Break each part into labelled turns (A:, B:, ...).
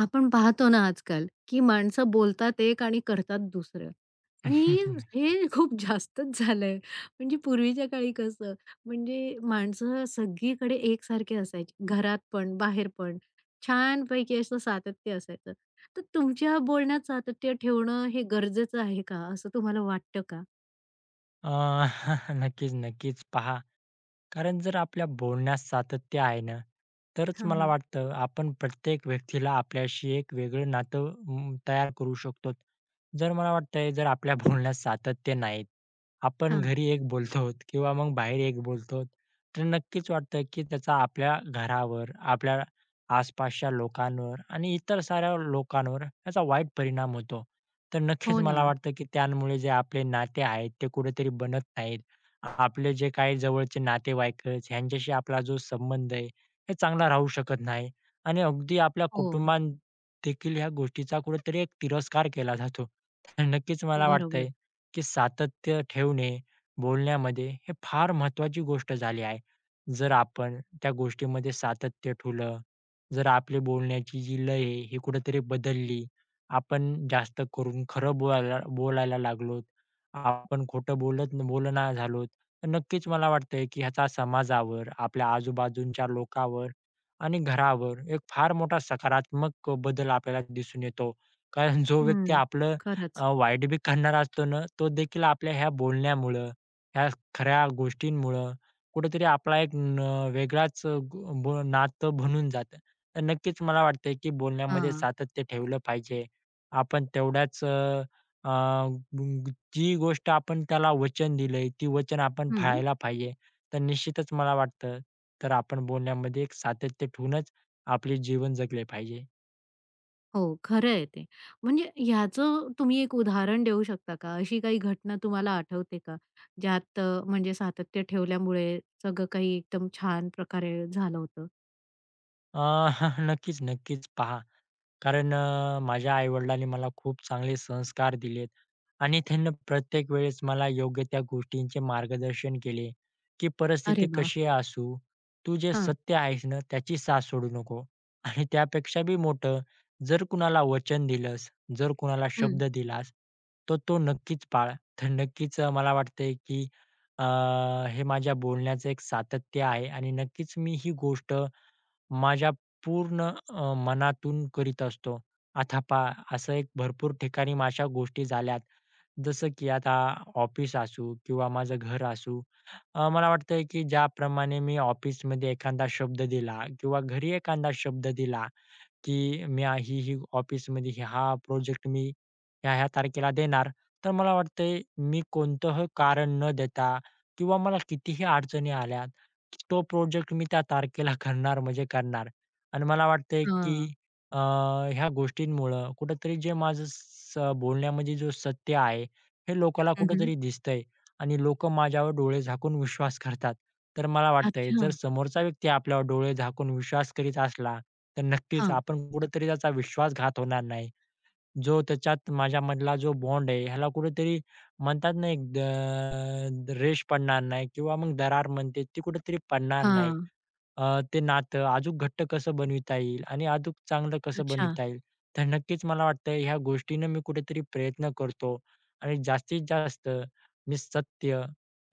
A: आपण पाहतो ना आजकाल, की माणसं बोलतात एक आणि करतात दुसरं आणि हे खूप जास्तच झालंय. म्हणजे पूर्वीच्या काळी कसं, म्हणजे माणसं सगळीकडे एकसारखे असायची. घरात पण, बाहेर पण. छानपैकी असं सातत्य असायचं. तर तुमच्या बोलण्यात सातत्य ठेवणं हे गरजेचं आहे का, असं तुम्हाला वाटतं का?
B: अ, नक्कीच, नक्कीच. पहा, कारण जर आपल्या बोलण्यात सातत्य आहे ना, तरच
A: हां,
B: मला
A: हां.
B: वाटतं आपण प्रत्येक व्यक्तीला आपल्याशी एक वेगळं नातं तयार करू शकतो. जर मला वाटतंय जर आपल्या बोलण्यात सातत्य नाही, आपण
A: हां.
B: घरी एक बोलतो किंवा मग बाहेर एक बोलतो तर नक्कीच वाटतं की त्याचा आपल्या घरावर, आपल्या आसपासच्या लोकांवर आणि इतर साऱ्या लोकांवर याचा वाईट परिणाम होतो. तर नक्कीच
A: हो ना.
B: मला वाटतं की त्यामुळे जे आपले नाते आहेत ते कुठेतरी बनत नाहीत. आपले जे काही जवळचे नातेवाईक आहेत, ह्यांच्याशी आपला जो संबंध आहे, हे चांगला राहू शकत नाही आणि अगदी आपल्या
A: हो.
B: कुटुंबात देखील ह्या गोष्टीचा कुठेतरी एक तिरस्कार केला जातो. तर नक्कीच मला वाटतंय,
A: बरोबर.
B: की सातत्य ठेवणे बोलण्यामध्ये हे फार महत्त्वाची गोष्ट झाली आहे. जर आपण त्या गोष्टीमध्ये सातत्य ठेवलं, जर आपली बोलण्याची जी लय आहे, ही कुठेतरी बदलली, आपण जास्त करून खरं बोलायला बोलायला लागलो, आपण खोटं बोलत बोलना झालो, नक्कीच मला वाटतंय, की ह्याचा समाजावर, आपल्या आजूबाजूच्या लोकांवर आणि घरावर एक फार मोठा सकारात्मक बदल आपल्याला दिसून येतो. कारण जो व्यक्ती
A: हं.
B: आपलं
A: खरंच.
B: वाईट बी करणारा असतो ना, तो देखील आपल्या ह्या बोलण्यामुळं, ह्या खऱ्या गोष्टींमुळं कुठेतरी आपला एक न वेगळाच ब नातं बनून जातं. तर नक्कीच मला वाटतंय, की बोलण्यामध्ये
A: हां.
B: सातत्य ठेवलं पाहिजे. आपण तेवढ्याच अ, जी गोष्ट आपण त्याला वचन दिलंय, ती वचन आपण
A: हं.
B: पाळायला पाहिजे. तर निश्चितच मला वाटतं, तर आपण बोलण्यामध्ये एक सातत्य ठेवूनच आपले जीवन जगले पाहिजे.
A: हो, खरं आहे ते. म्हणजे ह्याचं तुम्ही एक उदाहरण देऊ शकता का? अशी काही घटना तुम्हाला आठवते का? ज्यात म्हणजे सातत्य ठेवल्यामुळे सगळं काही एकदम छान प्रकारे झालं होतं?
B: अ, नक्कीच, नक्कीच. पहा कारण माझ्या आई-वडिलांनी मला खूप चांगले संस्कार दिलेत आणि त्यांनी प्रत्येक वेळेस मला योग्य त्या गोष्टींचे मार्गदर्शन केले, की
A: अरे
B: परिस्थिती
A: वाह!
B: कशी असू, तू जे
A: हां.
B: सत्य आहेस ना, त्याची साथ सोडू नको. आणि त्यापेक्षा बी मोठं, जर कुणाला वचन दिलंस, जर कुणाला
A: हं.
B: शब्द दिलास, तर तो नक्कीच पाळ. तर नक्कीच मला वाटतंय की अ, हे माझ्या बोलण्याचं एक सातत्य आहे आणि नक्कीच मी ही गोष्ट माझ्या पूर्ण मनातून करीत असतो. आता पहा असं एक भरपूर ठिकाणी माझ्या गोष्टी झाल्यात. जसं की आता ऑफिस असू किंवा माझं घर असू. मला वाटतंय की ज्याप्रमाणे मी ऑफिसमध्ये एखादा शब्द दिला किंवा घरी एखादा शब्द दिला की ही ऑफिसमध्ये हा हा प्रोजेक्ट मी ह्या-ह्या तारखेला देणार. तर मला वाटतंय मी कोणतंही कारण न देता किंवा मला कितीही अडचणी आल्या, तो प्रोजेक्ट मी त्या तारखेला करणार म्हणजे करणार. आणि मला वाटतंय की
A: हां.
B: अ, ह्या गोष्टींमुळं कुठेतरी जे माझं बोलण्यामध्ये जो सत्य आहे, हे लोकाला
A: हं, हं.
B: कुठेतरी दिसतंय. आणि लोकं माझ्यावर डोळे झाकून विश्वास करतात. तर मला वाटतंय जर
A: अच्छा.
B: समोरचा व्यक्ती आपल्यावर डोळे झाकून विश्वास करीत असला, तर नक्कीच
A: हां.
B: आपण कुठेतरी त्याचा विश्वासघात होणार नाही जो त्याच्यात माझ्यामधला जो बॉन्ड आहे, ह्याला कुठेतरी म्हणतात ना, एक रेष पडणार नाही किंवा मग दरार म्हणते ती कुठेतरी पडणार नाही.
A: हां.
B: ते नातं अजूक घट्ट कसं बनविता येईल आणि अजूक चांगलं कसं
A: अच्छा.
B: बनविता येईल. तर नक्कीच मला वाटतं ह्या गोष्टीनं मी कुठेतरी प्रयत्न करतो आणि जास्तीत जास्त मी सत्य,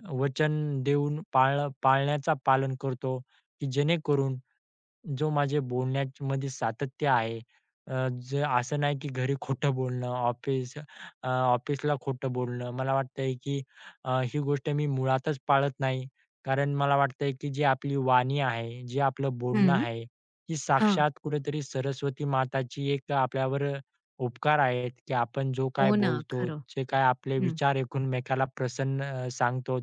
B: वचन देऊन पाळण्याचा पालन करतो, की जेणेकरून जो माझे बोलण्यामध्ये सातत्य आहे. जे असं नाही की घरी खोटं बोलणं, ऑफिसला खोटं बोलणं. मला वाटतंय की ही गोष्ट मी मुळातच पाळत नाही. कारण मला वाटतंय की जी आपली वाणी आहे, जे आपलं
A: हं.
B: बोलणं आहे, ही
A: हां.
B: साक्षात कुठेतरी सरस्वती माताची एक आपल्यावर उपकार आहेत, की आपण जो काय
A: हो ना,
B: बोलतो,
A: खरं.
B: जे काय आपले
A: हं.
B: विचार एकमेकाला प्रसन्न सांगतो.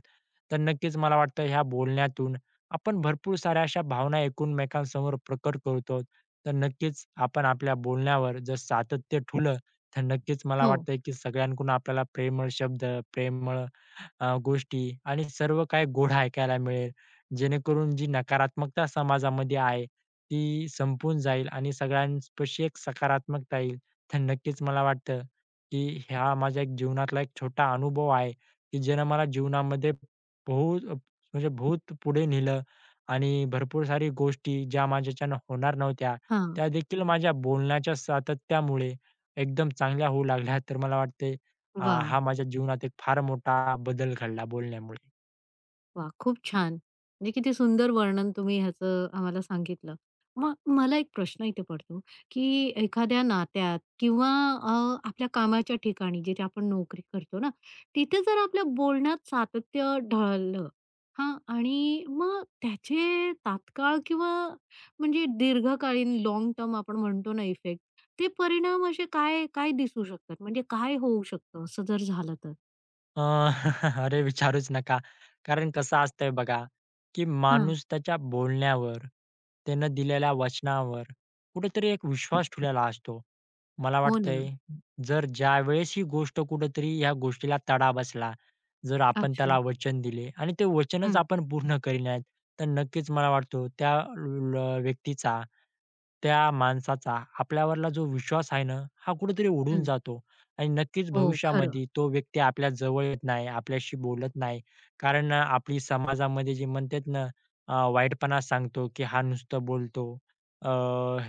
B: तर नक्कीच मला वाटतं ह्या बोलण्यातून आपण भरपूर साऱ्या अशा भावना एकमेकांसमोर प्रकट करतो. तर नक्कीच आपण आपल्या बोलण्यावर जर सातत्य ठेवलं, तर नक्कीच मला
A: हो.
B: वाटतंय की सगळ्यांकडून आपल्याला प्रेमळ शब्द, प्रेमळ गोष्टी आणि सर्व काही गोड ऐकायला मिळेल. जेणेकरून जी नकारात्मकता समाजामध्ये आहे, ती संपून जाईल आणि सगळ्यांपाशी एक सकारात्मकता येईल. तर नक्कीच मला वाटतं, की हा माझा एक जीवनातला एक छोटा अनुभव आहे, की ज्यानं मला जीवनामध्ये बहुत बहुत पुढे नेलं आणि भरपूर सारी गोष्टी ज्या माझ्याच्यानं होणार नव्हत्या,
A: हां.
B: त्या देखील माझ्या बोलण्याच्या सातत्यामुळे एकदम चांगल्या होऊ लागल्या. तर मला वाटतंय
A: वाह!
B: हा माझ्या जीवनात एक फार मोठा बदल घडला बोलण्यामुळे.
A: वा, खूप छान. म्हणजे किती सुंदर वर्णन तुम्ही ह्याचं आम्हाला सांगितलं. मग मला एक प्रश्न इथे पडतो, की एखाद्या नात्यात किंवा अ, आपल्या कामाच्या ठिकाणी जिथे आपण नोकरी करतो ना, तिथे जर आपल्या बोलण्यात सातत्य ढळलं हां, आणि मग त्याचे तात्काळ किंवा म्हणजे दीर्घकालीन लाँग टर्म आपण म्हणतो ना इफेक्ट, ते परिणाम असे काय काय दिसू शकतात? म्हणजे काय होऊ शकतं असं जर झालं तर?
B: अ, अरे विचारूच नका. कारण कसं असतंय बघा, की
A: हां.
B: माणूस त्याच्या बोलण्यावर, त्यानं दिलेल्या वचनावर कुठेतरी एक विश्वास ठेवलेला असतो. मला
A: हो ना.
B: वाटतंय जर ज्यावेळेस ही गोष्ट कुठेतरी ह्या गोष्टीला तडा बसला, जर आपण त्याला
A: अच्छा.
B: वचन दिले आणि ते वचनच
A: हं,
B: आपण पूर्ण केले नाहीत, तर नक्कीच मला वाटतो त्या ल व्यक्तीचा, त्या माणसाचा आपल्यावरला जो विश्वास आहे ना, हा कुठेतरी उडून
A: हं.
B: जातो. आणि नक्कीच
A: हो, खरं.
B: भविष्यामध्ये तो व्यक्ती आपल्या जवळ येत नाही, आपल्याशी बोलत नाही. कारण आपली समाजामध्ये जे म्हणतात ना, वाईटपणा सांगतो, की हा नुसतं बोलतो, अ,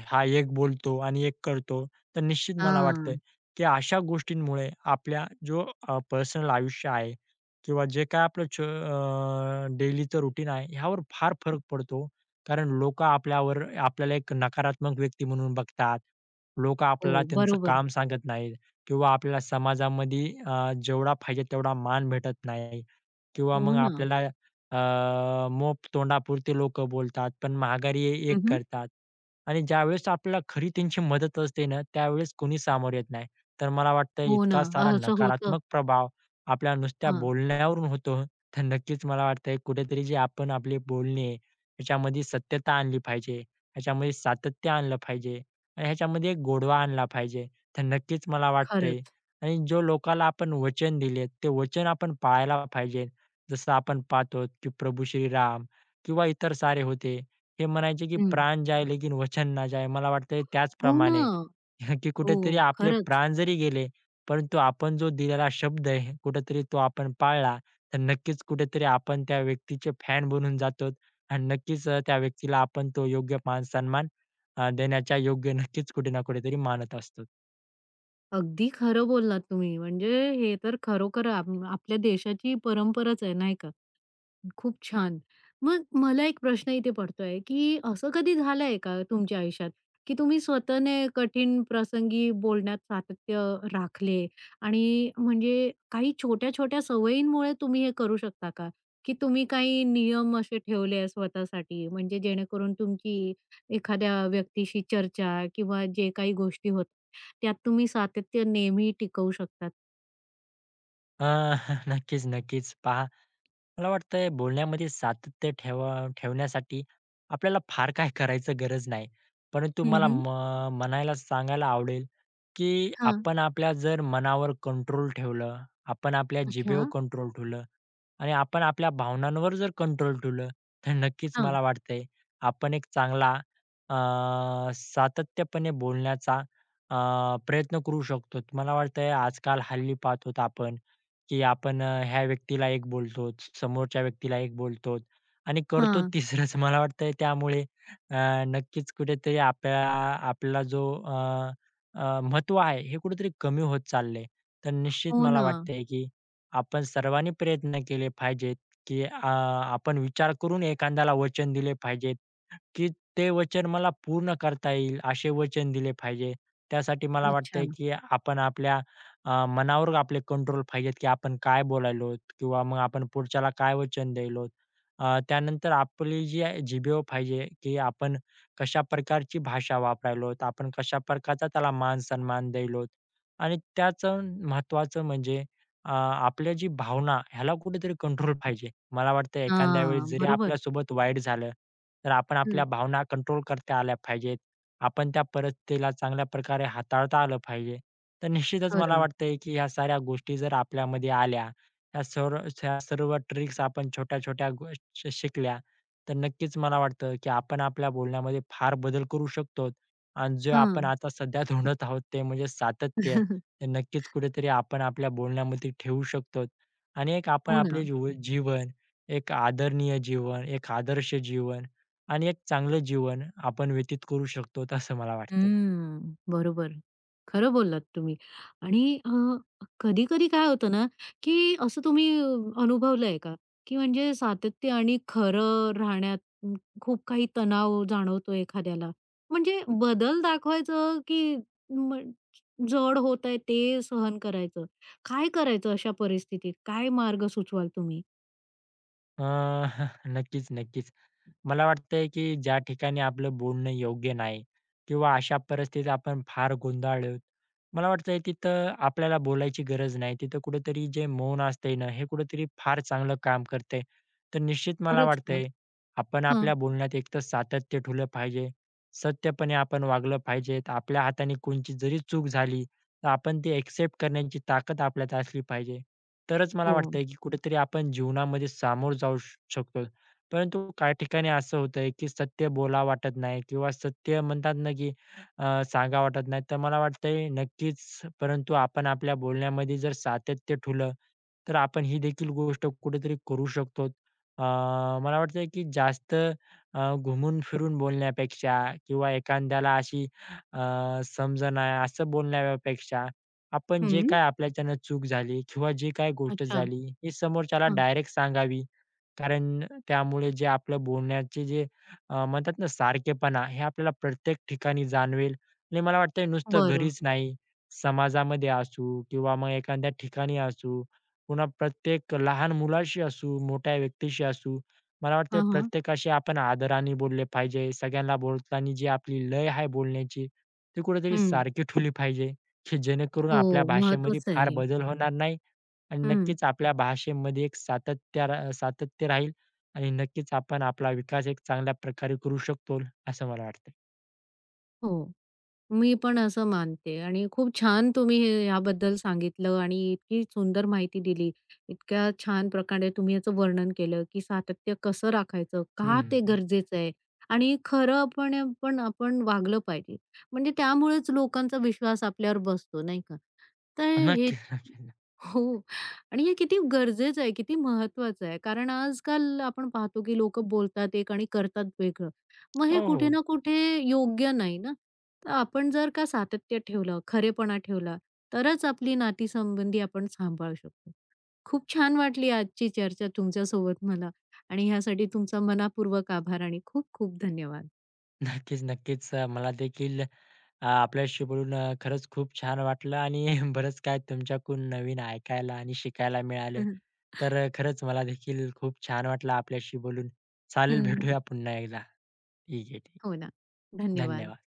B: हा एक बोलतो आणि एक करतो. तर निश्चित मला वाटतं,
A: हां.
B: की अशा गोष्टींमुळे आपल्या जो पर्सनल आयुष्य आहे किंवा जे काय आपलं डेलीचं रूटीन आहे, ह्यावर फार फरक पडतो. कारण लोकं आपल्यावर आपल्याला एक नकारात्मक व्यक्ती म्हणून बघतात. लोकं
A: हो,
B: आपल्याला त्यांचं
A: बरोबर.
B: काम सांगत नाहीत. किंवा आपल्याला समाजामध्ये जेवढा पाहिजे तेवढा मान भेटत नाही किंवा
A: हो
B: मग
A: ना.
B: आपल्याला मोप तोंडापुरती लोक बोलतात, पण माघारी एक
A: हं, हं.
B: करतात. आणि ज्यावेळेस आपल्याला खरी त्यांची मदत असते ना, त्यावेळेस कोणी सामोरे येत नाही. तर मला वाटतं
A: हो ना.
B: इतका सारा
A: असं होतं.
B: नकारात्मक प्रभाव आपल्या नुसत्या
A: हां,
B: बोलण्यावरून होतो. तर नक्कीच मला वाटतंय कुठेतरी जे आपण आपले बोलणे ह्याच्यामध्ये सत्यता आणली पाहिजे, ह्याच्यामध्ये सातत्य आणलं पाहिजे आणि ह्याच्यामध्ये एक गोडवा आणला पाहिजे. तर नक्कीच मला वाटतंय
A: खरंच.
B: आणि जो लोकाला आपण वचन दिलेत, ते वचन आपण पाळायला पाहिजे. जसं आपण पाहतो की प्रभू श्रीराम किंवा इतर सारे होते. हे म्हणायचे की
A: हं.
B: "प्राण जाय लेकिन वचन ना जाय." मला वाटतंय
A: हो ना.
B: त्याचप्रमाणे की
A: हो,
B: कुठेतरी आपले
A: खरंच.
B: प्राण जरी गेले, परंतु आपण जो दिलेला शब्द आहे कुठेतरी तो आपण पाळला, तर नक्कीच कुठेतरी आपण त्या व्यक्तीचे फॅन बनून जातो आणि नक्कीच त्या व्यक्तीला आपण तो योग्य मान सन्मान देण्याच्या योग्य नक्कीच कुठे ना कुठेतरी मानत असतो.
A: अगदी खरं बोललात तुम्ही. म्हणजे हे तर खरोखर आपल्या देशाची परंपराच आहे, नाही का? खूप छान. मग मला एक प्रश्न इथे पडतोय, की असं कधी झालंय का तुमच्या आयुष्यात, की तुम्ही स्वतःने कठीण प्रसंगी बोलण्यात सातत्य राखले आणि म्हणजे काही छोट्या-छोट्या सवयींमुळे तुम्ही हे करू शकता का? की तुम्ही काही नियम असे ठेवले स्वतःसाठी म्हणजे जेणेकरून तुमची एखाद्या व्यक्तीशी चर्चा किंवा जे काही गोष्टी होतात, त्यात तुम्ही सातत्य नेहमी टिकवू शकतात?
B: अ, नक्कीच, नक्कीच. पहा, मला वाटतंय बोलण्यामध्ये सातत्य ठेवण्यासाठी आपल्याला फार काही करायचं गरज नाही. परंतु
A: हं,
B: मला
A: हं.
B: म म्हणायला सांगायला आवडेल, की आपण आपल्या जर मनावर कंट्रोल ठेवलं, आपण आपल्या
A: अच्छा.
B: जिभेवर कंट्रोल ठेवलं, आणि आपण आपल्या भावनांवर जर कंट्रोल ठेवलं, तर नक्कीच
A: हां.
B: मला वाटतंय आपण एक चांगला अ, सातत्यपणे बोलण्याचा अ, प्रयत्न करू शकतो. मला वाटतंय आजकाल हल्ली पाहतो आपण, की आपण ह्या व्यक्तीला एक बोलतो, समोरच्या व्यक्तीला एक बोलतो आणि करतो
A: हां.
B: तिसरंच. मला वाटतंय त्यामुळे नक्कीच कुठेतरी आपला जो महत्त्व आहे हे कुठेतरी कमी होत चाललंय. तर निश्चित
A: हो
B: मला
A: ना.
B: वाटतंय की आपण सर्वांनी प्रयत्न केले पाहिजेत, की आपण विचार करून एखाद्याला वचन दिले पाहिजेत, की ते वचन मला पूर्ण करता येईल, असे वचन दिले पाहिजे. त्यासाठी मला
A: अच्छा.
B: वाटतंय, की आपण आपल्या मनावर आपले कंट्रोल पाहिजेत, की आपण काय बोलायलोत किंवा मग आपण पुढच्याला काय वचन द्यायलोत. त्यानंतर आपली जी आहे जिभेवर पाहिजे, की आपण कशा प्रकारची भाषा वापरायलोत, आपण कशा प्रकारचा त्याला मान-सन्मान द्यायलोत आणि त्याचं महत्त्वाचं म्हणजे आपल्या जी भावना ह्याला कुठेतरी कंट्रोल पाहिजे. मला वाटतं एखाद्या वेळेस
A: हां,
B: जरी
A: बरोबर.
B: आपल्यासोबत वाईट झालं, तर आपण आपल्या
A: हं.
B: भावना कंट्रोल करता आल्या पाहिजेत. आपण त्या परिस्थितीला चांगल्या प्रकारे हाताळता आलं पाहिजे. तर निश्चितच मला
A: खरं.
B: वाटतंय, की ह्या साऱ्या गोष्टी जर आपल्यामध्ये आल्या, ह्या सर्व ट्रिक्स आपण छोट्या-छोट्या गोष्टी शिकल्या, तर नक्कीच मला वाटतं, की आपण आपल्या बोलण्यामध्ये फार बदल करू शकतो. आणि जे
A: हां.
B: आपण आता सध्या धुंडत आहोत, ते म्हणजे सातत्य. नक्कीच कुठेतरी आपण आपल्या बोलण्यामध्ये ठेवू शकतो. आणि एक आपण
A: हो ना.
B: आपले जीवन, एक आदरणीय जीवन, एक आदर्श जीवन आणि एक चांगलं जीवन आपण व्यतीत करू शकतो, असं मला वाटतंय.
A: हम्म. बरोबर. खरं बोललात तुम्ही. आणि कधी-कधी काय होतं ना, की असं तुम्ही अनुभवलंय का, की म्हणजे सातत्य आणि खरं राहण्यात अ, खूप काही तणाव जाणवतो एखाद्याला? म्हणजे बदल दाखवायचं की म जड होत आहे ते सहन करायचं? काय करायचं अशा परिस्थितीत? काय मार्ग सुचवाल तुम्ही?
B: अ, नक्कीच, नक्कीच. मला वाटतंय की ज्या ठिकाणी आपलं बोलणं योग्य नाही किंवा अशा परिस्थितीत आपण फार गोंधळलोत, मला वाटतंय तिथं आपल्याला बोलायची गरज नाही. तिथं कुठेतरी जे मौन असतंय ना, हे कुठेतरी फार चांगलं काम करतंय. तर निश्चित मला
A: खरंच का?
B: वाटतंय आपण
A: हां.
B: आपल्या बोलण्यात एकतर सातत्य ठेवलं पाहिजे, सत्यपणे आपण वागलं पाहिजे. आपल्या हाताने कोणची जरी चूक झाली, तर आपण ती एक्सेप्ट करण्याची ताकद आपल्यात असली पाहिजे. तरच मला
A: हो.
B: वाटतंय की कुठेतरी आपण जीवनामध्ये सामोरं जाऊ श शकतो. परंतु काही ठिकाणी असं होतंय की सत्य बोलावं वाटत नाही किंवा सत्य म्हणतात ना की सांगावं वाटत नाही. तर मला वाटतंय नक्कीच परंतु आपण आपल्या बोलण्यामध्ये जर सातत्य ठेवलं, तर आपण ही देखील गोष्ट कुठेतरी करू शकतो. अ, मला वाटतंय की जास्त घुमून-फिरून बोलण्यापेक्षा किंवा एखाद्याला अशी अ, समजणा असं बोलण्यापेक्षा आपण जे
A: हं.
B: काय आपल्याच्यानं चूक झाली किंवा जी काही गोष्ट
A: अच्छा.
B: झाली, ही समोरच्याला
A: हां.
B: डायरेक्ट सांगावी. कारण त्यामुळे जे आपलं बोलण्याचे जे म्हणतात ना सारखेपणा हे आपल्याला प्रत्येक ठिकाणी जाणवेल आणि मला वाटतंय नुसतं
A: बरं.
B: घरीच नाही, समाजामध्ये असू किंवा मग एखाद्या ठिकाणी असू, पुन्हा प्रत्येक लहान मुलाशी असू, मोठ्या व्यक्तीशी असू, मला वाटतंय
A: हां, हां.
B: प्रत्येकाशी आपण आदराने बोलले पाहिजे. सगळ्यांना बोलताना जी आपली लय आहे बोलण्याची, ती कुठेतरी
A: हं.
B: सारखी ठेवली पाहिजे, की जेणेकरून
A: हो,
B: आपल्या भाषेमध्ये
A: महत्वाचं आहे
B: फार
A: हे.
B: बदल होणार नाही. आणि
A: हं.
B: नक्कीच आपल्या भाषेमध्ये एक सातत्य राहील आणि नक्कीच आपण आपला विकास एक चांगल्या प्रकारे करू शकतो, असं मला वाटतंय.
A: हो. मी पण असं मानते आणि खूप छान तुम्ही हे याबद्दल सांगितलं आणि इतकी सुंदर माहिती दिली. इतक्या छान प्रकारे तुम्ही याचं वर्णन केलं, की सातत्य कसं राखायचं, का
B: हं.
A: ते गरजेचं आहे आणि खरंपणे पण पण आपण वागलं पाहिजे. म्हणजे त्यामुळेच लोकांचा विश्वास आपल्यावर बसतो, नाही का? तर हे
B: नक्कीच, नक्कीच.
A: हो. आणि हे किती गरजेचं आहे, किती महत्वाचं आहे. कारण आजकाल आपण पाहतो, की लोकं बोलतात एक आणि करतात वेगळं. मग हे
B: हो,
A: कुठे
B: हो.
A: ना कुठे योग्य नाही ना. तर आपण जर का सातत्य ठेवलं, खरेपणा ठेवला, तरच आपली नातीसंबंधी आपण सांभाळू शकतो. खूप छान वाटली आजची चर्चा तुमच्यासोबत मला आणि ह्यासाठी तुमचा मनापूर्वक आभार आणि खूप खूप धन्यवाद.
B: नक्कीच, नक्कीच. मला देखील आपल्याशी बोलून खरंच खूप छान वाटलं आणि बरंच काय तुमच्याकडून नवीन ऐकायला आणि शिकायला मिळालं.
A: हं, हं.
B: तर खरंच मला देखील खूप छान वाटलं आपल्याशी बोलून. चालेल, भेटूया पुन्हा एकदा. ठीक आहे, ठीक.
A: हो ना. धन्यवाद.
B: धन्यवाद.